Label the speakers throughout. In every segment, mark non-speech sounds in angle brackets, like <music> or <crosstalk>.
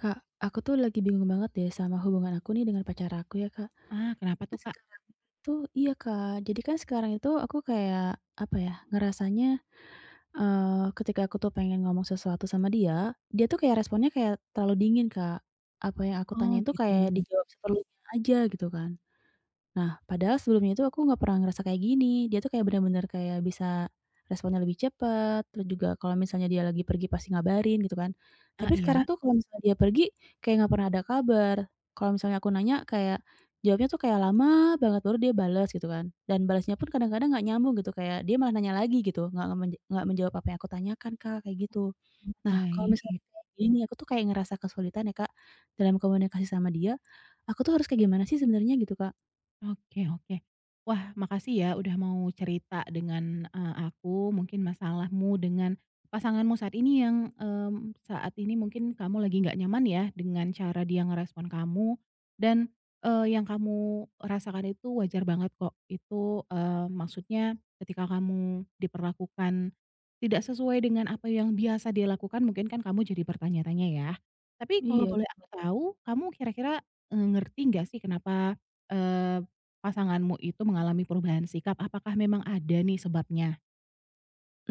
Speaker 1: Kak, aku tuh lagi bingung banget deh sama hubungan aku nih dengan pacar aku ya Kak.
Speaker 2: Ah, kenapa tuh, Kak?
Speaker 1: Tuh iya Kak, jadi kan sekarang itu aku kayak, apa ya, ngerasanya, ketika aku tuh pengen ngomong sesuatu sama dia, dia tuh kayak responnya kayak terlalu dingin Kak. Apa yang aku
Speaker 2: Oh
Speaker 1: tanyain tuh
Speaker 2: gitu.
Speaker 1: kayak dijawab seperlunya aja gitu kan. Nah, padahal sebelumnya itu aku nggak pernah ngerasa kayak gini. Dia tuh kayak bener-bener kayak bisa responnya lebih cepet, terus juga kalau misalnya dia lagi pergi pasti ngabarin gitu kan.
Speaker 2: Ah,
Speaker 1: Tapi sekarang
Speaker 2: iya,
Speaker 1: tuh kalau misalnya dia pergi, kayak nggak pernah ada kabar. Kalau misalnya aku nanya kayak jawabnya tuh kayak lama banget baru dia balas gitu kan. Dan balasnya pun kadang-kadang nggak nyambung gitu, kayak dia malah nanya lagi gitu, nggak menjawab apa yang aku tanyakan, Kak, kayak gitu. Nah, kalau
Speaker 2: baik.
Speaker 1: misalnya kayak gini aku tuh kayak ngerasa kesulitan ya, Kak, dalam komunikasi sama dia. Aku tuh harus kayak gimana sih sebenarnya gitu, Kak?
Speaker 2: Oke, oke. Wah, makasih ya udah mau cerita dengan, aku mungkin masalahmu dengan pasanganmu saat ini yang, saat ini mungkin kamu lagi nggak nyaman ya dengan cara dia ngerespon kamu dan, yang kamu rasakan itu wajar banget kok. Itu, maksudnya ketika kamu diperlakukan tidak sesuai dengan apa yang biasa dia lakukan mungkin kan kamu jadi bertanya-tanya ya. Tapi kalau
Speaker 1: Iya.
Speaker 2: boleh aku tahu, kamu kira-kira, ngerti nggak sih kenapa, pasanganmu itu mengalami perubahan sikap, apakah memang ada nih sebabnya?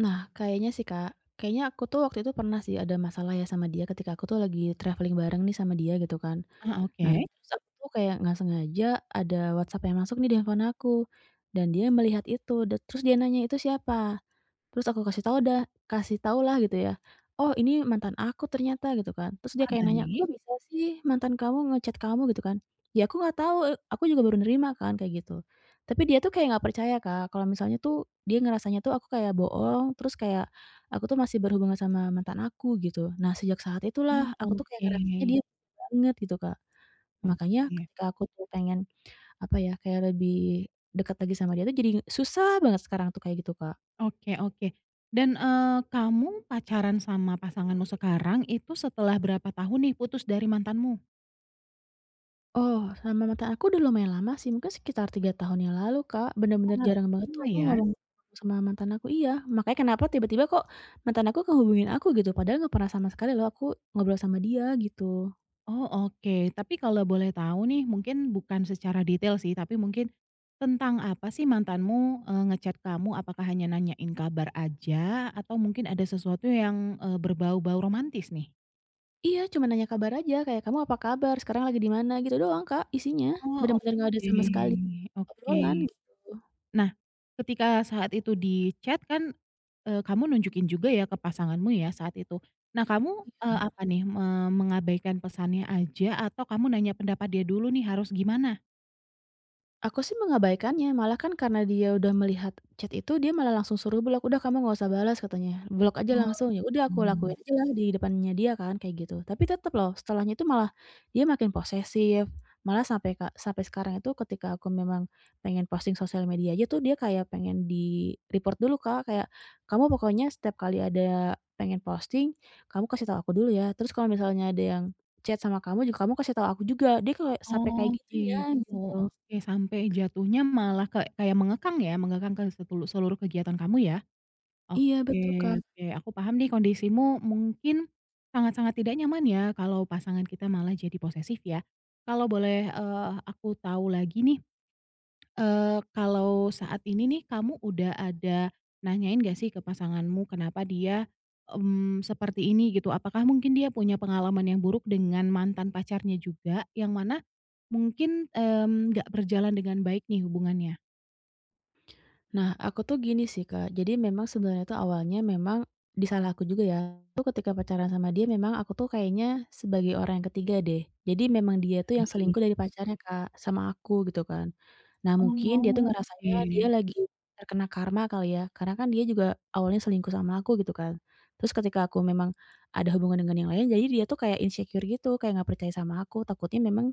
Speaker 1: Nah, kayaknya sih, Kak. Kayaknya aku tuh waktu itu pernah sih ada masalah ya sama dia ketika aku tuh lagi traveling bareng nih sama dia gitu kan.
Speaker 2: Ah,
Speaker 1: Nah,
Speaker 2: oke.
Speaker 1: Mhm. Terus aku tuh kayak nggak sengaja ada WhatsApp yang masuk nih di handphone aku, dan dia melihat itu, terus dia nanya, "Itu siapa?" Terus aku kasih tahulah gitu ya, "Oh ini mantan aku ternyata," gitu kan. Terus dia
Speaker 2: Ah,
Speaker 1: kayak nanya, "Kok
Speaker 2: baik.
Speaker 1: bisa sih mantan kamu ngechat kamu?" Gitu kan. Ya aku nggak tahu, aku juga baru nerima kan kayak gitu. Tapi dia tuh kayak nggak percaya Kak, kalau misalnya tuh dia ngerasanya tuh aku kayak bohong, terus kayak aku tuh masih berhubungan sama mantan aku gitu. Nah sejak saat
Speaker 2: Ah,
Speaker 1: itulah aku tuh kayak
Speaker 2: oke.
Speaker 1: ngerasanya dia <unintelligible> banget gitu Kak. Makanya
Speaker 2: Oke.
Speaker 1: ketika aku tuh pengen, apa ya, kayak lebih dekat lagi sama dia tuh jadi susah banget sekarang tuh kayak gitu Kak.
Speaker 2: Oke, oke. Dan, kamu pacaran sama pasanganmu sekarang itu setelah berapa tahun nih putus dari mantanmu?
Speaker 1: Oh, sama mantan aku udah lumayan lama sih, mungkin sekitar 3 tahun yang lalu, Kak. Bener-bener
Speaker 2: Ah,
Speaker 1: jarang banget tuh
Speaker 2: lama
Speaker 1: aku
Speaker 2: ya.
Speaker 1: ngomong sama mantan aku iya, makanya kenapa tiba-tiba kok mantan aku kehubungin aku gitu, padahal nggak pernah sama sekali loh aku ngobrol sama dia gitu.
Speaker 2: Oh, oke. Tapi kalau boleh tahu nih, mungkin bukan secara detail sih, tapi mungkin tentang apa sih mantanmu, eee, nge kamu? Apakah hanya nanyain kabar aja atau mungkin ada sesuatu yang, berbau-bau romantis nih?
Speaker 1: Iya, cuma nanya kabar aja, kayak, "Kamu apa kabar? Sekarang lagi di mana?" Gitu doang, Kak, isinya.
Speaker 2: Oh,
Speaker 1: Bener-bener nggak ada
Speaker 2: oke,
Speaker 1: sama sekali
Speaker 2: oke.
Speaker 1: obrolan gitu.
Speaker 2: Nah, ketika saat itu di chat kan, kamu nunjukin juga ya ke pasanganmu ya saat itu. Nah kamu, apa nih, mengabaikan pesannya aja atau kamu nanya pendapat dia dulu nih harus gimana?
Speaker 1: Aku sih mengabaikannya, malah kan karena dia udah melihat chat itu, dia malah langsung suruh blok, "Udah kamu nggak usah balas," katanya, "Blok aja langsung." Ya udah aku
Speaker 2: Mmm.
Speaker 1: lakuin aja lah di depannya dia kan, kayak gitu. Tapi tetep loh, setelahnya itu malah dia makin posesif, malah sampai sekarang itu ketika aku memang pengen posting sosial media aja tuh, dia kayak pengen di-report dulu, Kak, kayak, "Kamu pokoknya setiap kali ada pengen posting, kamu kasih tahu aku dulu ya, terus kalau misalnya ada yang chat sama kamu juga kamu kasih tahu aku juga." Dia kayak sampai
Speaker 2: Oh
Speaker 1: kayak gitunya,
Speaker 2: gitu,
Speaker 1: gitu.
Speaker 2: oke, sampai jatuhnya malah ke kayak mengekang ya, mengekang ke seluruh kegiatan kamu ya?
Speaker 1: Iya
Speaker 2: Oke,
Speaker 1: betul, Kak.
Speaker 2: oke, aku paham nih kondisimu mungkin sangat-sangat tidak nyaman ya kalau pasangan kita malah jadi posesif ya. Kalau boleh, aku tahu lagi nih, kalau saat ini nih kamu udah ada nanyain nggak sih ke pasanganmu kenapa dia, seperti ini gitu? Apakah mungkin dia punya pengalaman yang buruk dengan mantan pacarnya juga yang mana mungkin, nggak berjalan dengan baik nih hubungannya?
Speaker 1: Nah, aku tuh gini sih, Kak, jadi memang sebenarnya tuh awalnya memang di salah aku juga ya, tuh ketika pacaran sama dia memang aku tuh kayaknya sebagai orang yang ketiga deh. Jadi memang dia tuh yang
Speaker 2: Baik.
Speaker 1: selingkuh dari pacarnya, Kak, sama aku gitu kan. Nah, mungkin dia tuh
Speaker 2: Oh,
Speaker 1: ngerasanya dia
Speaker 2: oke.
Speaker 1: lagi terkena karma kali ya, karena kan dia juga awalnya selingkuh sama aku gitu kan. Terus ketika aku memang ada hubungan dengan yang lain, jadi dia tuh kayak insecure gitu, kayak nggak percaya sama aku, takutnya memang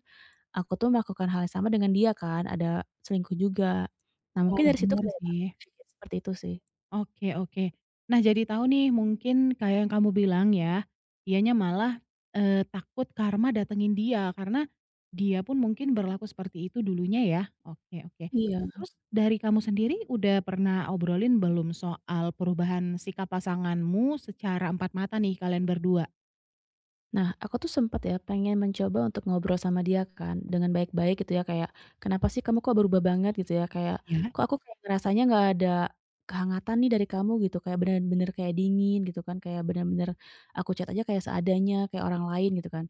Speaker 1: aku tuh melakukan hal yang sama dengan dia kan, ada selingkuh juga. Nah mungkin
Speaker 2: Wah,
Speaker 1: dari situ
Speaker 2: benar
Speaker 1: kali ya, Kak,
Speaker 2: sih.
Speaker 1: aku berpikir seperti itu sih.
Speaker 2: Oke, oke. Nah jadi tahu nih mungkin kayak yang kamu bilang ya, dianya malah, takut karma datengin dia karena dia pun mungkin berlaku seperti itu dulunya ya. Oke, oke.
Speaker 1: Iya.
Speaker 2: Terus dari kamu sendiri udah pernah obrolin belum soal perubahan sikap pasanganmu secara empat mata nih kalian berdua?
Speaker 1: Nah aku tuh sempat ya pengen mencoba untuk ngobrol sama dia kan dengan baik-baik gitu ya kayak, "Kenapa sih kamu kok berubah banget?" Gitu ya kayak,
Speaker 2: Iya.
Speaker 1: "Kok aku kayak ngerasanya nggak ada kehangatan nih dari kamu?" Gitu, kayak bener-bener kayak dingin gitu kan, kayak bener-bener aku chat aja kayak seadanya, kayak orang lain gitu kan.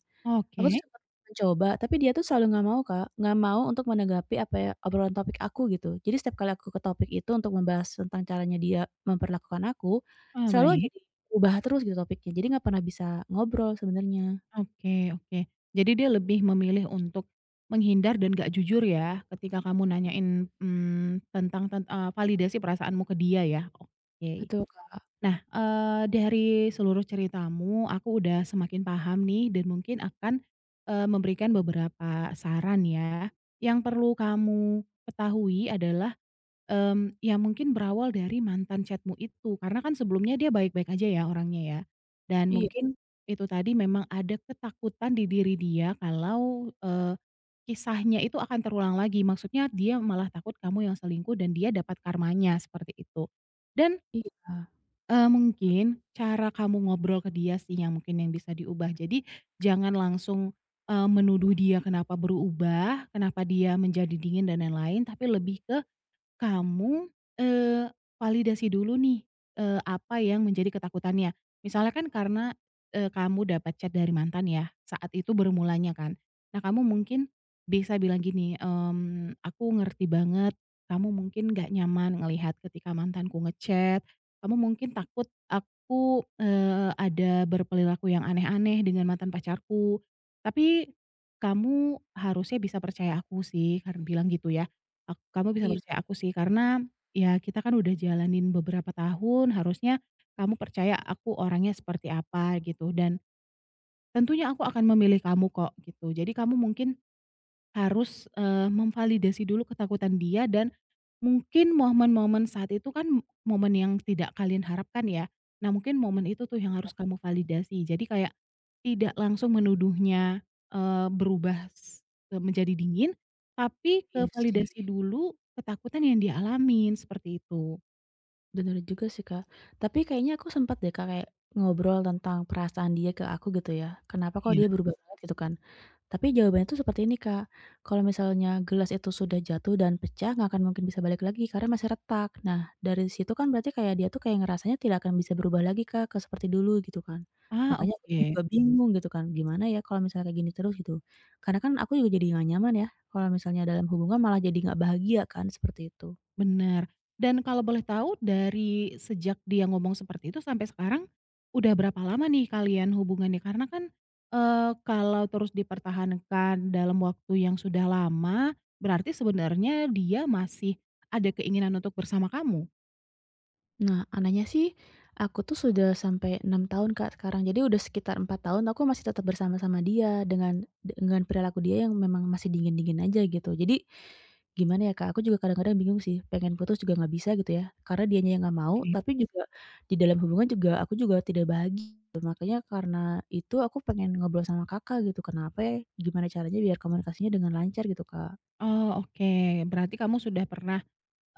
Speaker 1: Aku tuh
Speaker 2: Oke.
Speaker 1: sempat mencoba, tapi dia tuh selalu nggak mau, Kak, nggak mau untuk menanggapi apa ya, obrolan topik aku gitu. Jadi setiap kali aku ke topik itu untuk membahas tentang caranya dia memperlakukan aku,
Speaker 2: Ah,
Speaker 1: selalu
Speaker 2: baik.
Speaker 1: jadi ubah terus gitu topiknya, jadi nggak pernah bisa ngobrol sebenarnya.
Speaker 2: Oke, oke. Jadi dia lebih memilih untuk menghindar dan nggak jujur ya, ketika kamu
Speaker 1: Iya,
Speaker 2: nanyain, validasi perasaanmu ke dia ya? Oke.
Speaker 1: betul, Kak.
Speaker 2: Nah, dari seluruh ceritamu aku udah semakin paham nih dan mungkin akan, memberikan beberapa saran ya. Yang perlu kamu ketahui adalah ya mungkin berawal dari mantan chatmu itu, karena kan sebelumnya dia baik-baik aja ya orangnya ya, dan
Speaker 1: Iya
Speaker 2: mungkin itu tadi memang ada ketakutan di diri dia kalau, kisahnya itu akan terulang lagi. Maksudnya dia malah takut kamu yang selingkuh dan dia dapat karmanya, seperti itu. Dan,
Speaker 1: iya
Speaker 2: mungkin cara kamu ngobrol ke dia sih yang mungkin yang bisa diubah. Jadi jangan langsung, menuduh dia kenapa berubah, kenapa dia menjadi dingin dan lain-lain, tapi lebih ke kamu, eee, validasi dulu nih, apa yang menjadi ketakutannya. Misalnya kan karena, kamu dapat chat dari mantan ya, saat itu bermulanya kan. Nah kamu mungkin bisa bilang gini, mmm, "Aku ngerti banget kamu mungkin nggak nyaman ngelihat ketika mantanku ngechat. Kamu mungkin takut aku, eee, ada berperilaku yang aneh-aneh dengan mantan pacarku. Tapi kamu harusnya bisa percaya aku sih," kan bilang gitu ya. Kamu bisa
Speaker 1: iya
Speaker 2: percaya aku sih karena, ya kita kan udah jalanin beberapa tahun harusnya kamu percaya aku orangnya seperti apa gitu dan tentunya aku akan memilih kamu kok gitu. Jadi kamu mungkin harus, memvalidasi dulu ketakutan dia dan mungkin momen-momen saat itu kan momen yang tidak kalian harapkan ya. Nah, mungkin momen itu tuh yang harus kamu validasi. Jadi kayak tidak langsung menuduhnya, eee, berubah s eee, menjadi dingin, tapi ke
Speaker 1: iya sih,
Speaker 2: validasi dulu ketakutan yang dia alamin, seperti itu.
Speaker 1: bener juga sih, Kak. Tapi kayaknya aku sempat deh, Kak, kayak ngobrol tentang perasaan dia ke aku gitu ya, kenapa kok
Speaker 2: Iya.
Speaker 1: dia berubah banget gitu kan. Tapi jawabannya tuh seperti ini, Kak, kalau misalnya gelas itu sudah jatuh dan pecah nggak akan mungkin bisa balik lagi karena masih retak. Nah, dari situ kan berarti kayak dia tuh kayak ngerasanya tidak akan bisa berubah lagi, Kak, ke seperti dulu gitu kan.
Speaker 2: Ah,
Speaker 1: Makanya aku
Speaker 2: oke.
Speaker 1: juga bingung gitu kan, gimana ya kalau misalnya kayak gini terus gitu. Karena kan aku juga jadi nggak nyaman ya kalau misalnya dalam hubungan malah jadi nggak bahagia kan, seperti itu.
Speaker 2: Benar. Dan kalau boleh tahu dari sejak dia ngomong seperti itu sampai sekarang, udah berapa lama nih kalian hubungannya? Karena kan, kalau terus dipertahankan dalam waktu yang sudah lama, berarti sebenarnya dia masih ada keinginan untuk bersama kamu?
Speaker 1: Nah, anaknya sih, aku tuh sudah sampai 6 tahun, Kak, sekarang. Jadi udah sekitar 4 tahun aku masih tetap bersama sama dia dengan perilaku dia yang memang masih dingin-dingin aja gitu. Jadi gimana ya, Kak, aku juga kadang-kadang bingung sih, pengen putus juga nggak bisa gitu ya, karena dianya yang nggak mau,
Speaker 2: Oke.
Speaker 1: tapi juga di dalam hubungan juga aku juga tidak bahagia. Makanya karena itu aku pengen ngobrol sama Kakak gitu, kenapa ya, gimana caranya biar komunikasinya dengan lancar gitu, Kak.
Speaker 2: Oh, oke. Berarti kamu sudah pernah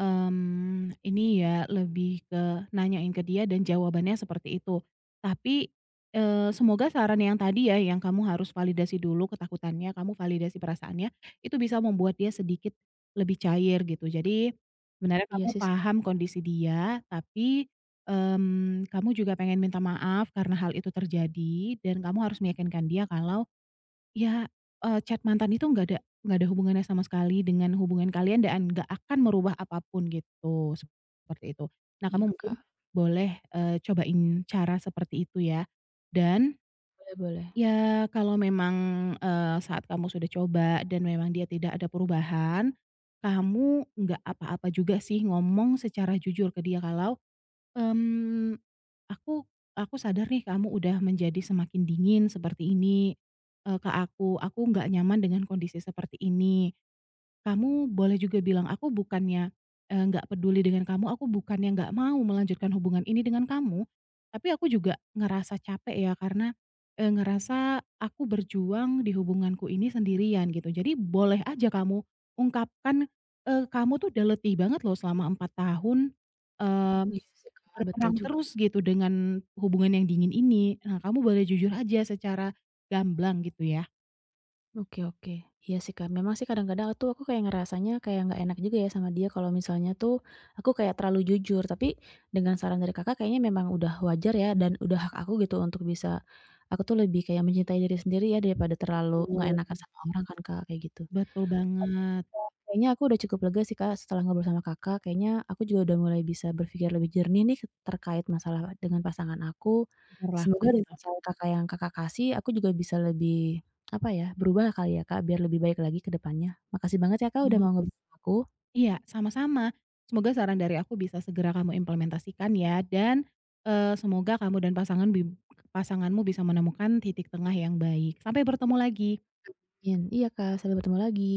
Speaker 2: Ini ya, lebih ke nanyain ke dia dan jawabannya seperti itu. Tapi, semoga saran yang tadi ya yang kamu harus validasi dulu ketakutannya, kamu validasi perasaannya, itu bisa membuat dia sedikit lebih cair gitu. Jadi sebenarnya
Speaker 1: Iya
Speaker 2: kamu
Speaker 1: sih,
Speaker 2: paham kondisi dia, tapi, kamu juga pengen minta maaf karena hal itu terjadi dan kamu harus meyakinkan dia kalau ya, chat mantan itu nggak ada hubungannya sama sekali dengan hubungan kalian dan nggak akan merubah apapun gitu, seperti itu. Nah,
Speaker 1: iya,
Speaker 2: kamu mungkin
Speaker 1: Kak,
Speaker 2: boleh, cobain cara seperti itu ya. Dan,
Speaker 1: boleh boleh.
Speaker 2: ya kalau memang, saat kamu sudah coba dan memang dia tidak ada perubahan, kamu nggak apa-apa juga sih ngomong secara jujur ke dia kalau mmm, aku sadar nih kamu udah menjadi semakin dingin seperti ini, ke aku nggak nyaman dengan kondisi seperti ini. Kamu boleh juga bilang, aku bukannya, nggak peduli dengan kamu, aku bukannya nggak mau melanjutkan hubungan ini dengan kamu, tapi aku juga ngerasa capek ya karena, ngerasa aku berjuang di hubunganku ini sendirian gitu. Jadi boleh aja kamu ungkapkan, kamu tuh udah letih banget loh selama 4 tahun, mmm
Speaker 1: Iya sih, Kak, betul
Speaker 2: berperang
Speaker 1: juga.
Speaker 2: terus gitu dengan hubungan yang dingin ini. Nah, kamu boleh jujur aja secara gamblang gitu ya.
Speaker 1: Oke oke. Iya sih, Kak. Memang sih kadang-kadang tuh aku kayak ngerasanya kayak nggak enak juga ya sama dia kalau misalnya tuh aku kayak terlalu jujur, tapi dengan saran dari Kakak kayaknya memang udah wajar ya dan udah hak aku gitu untuk bisa aku tuh lebih kayak mencintai diri sendiri ya daripada terlalu nggak
Speaker 2: Betul.
Speaker 1: enakan sama orang kan, Kak, kayak gitu.
Speaker 2: Betul banget.
Speaker 1: Kayaknya aku udah cukup lega sih, Kak, setelah ngobrol sama Kakak, kayaknya aku juga udah mulai bisa berpikir lebih jernih nih terkait masalah dengan pasangan aku.
Speaker 2: Syukurlah
Speaker 1: Semoga
Speaker 2: kalau gitu.
Speaker 1: dengan saran Kakak yang Kakak kasih, aku juga bisa lebih, apa ya, berubah kali ya, Kak, biar lebih baik lagi ke depannya. Makasih banget ya, Kak, udah
Speaker 2: Mmm,
Speaker 1: mau ngobrol sama aku.
Speaker 2: iya, sama-sama. Semoga saran dari aku bisa segera kamu implementasikan ya dan, semoga kamu dan pasanganmu bisa menemukan titik tengah yang baik. Sampai bertemu lagi.
Speaker 1: Iya iya, Kak, sampai bertemu lagi.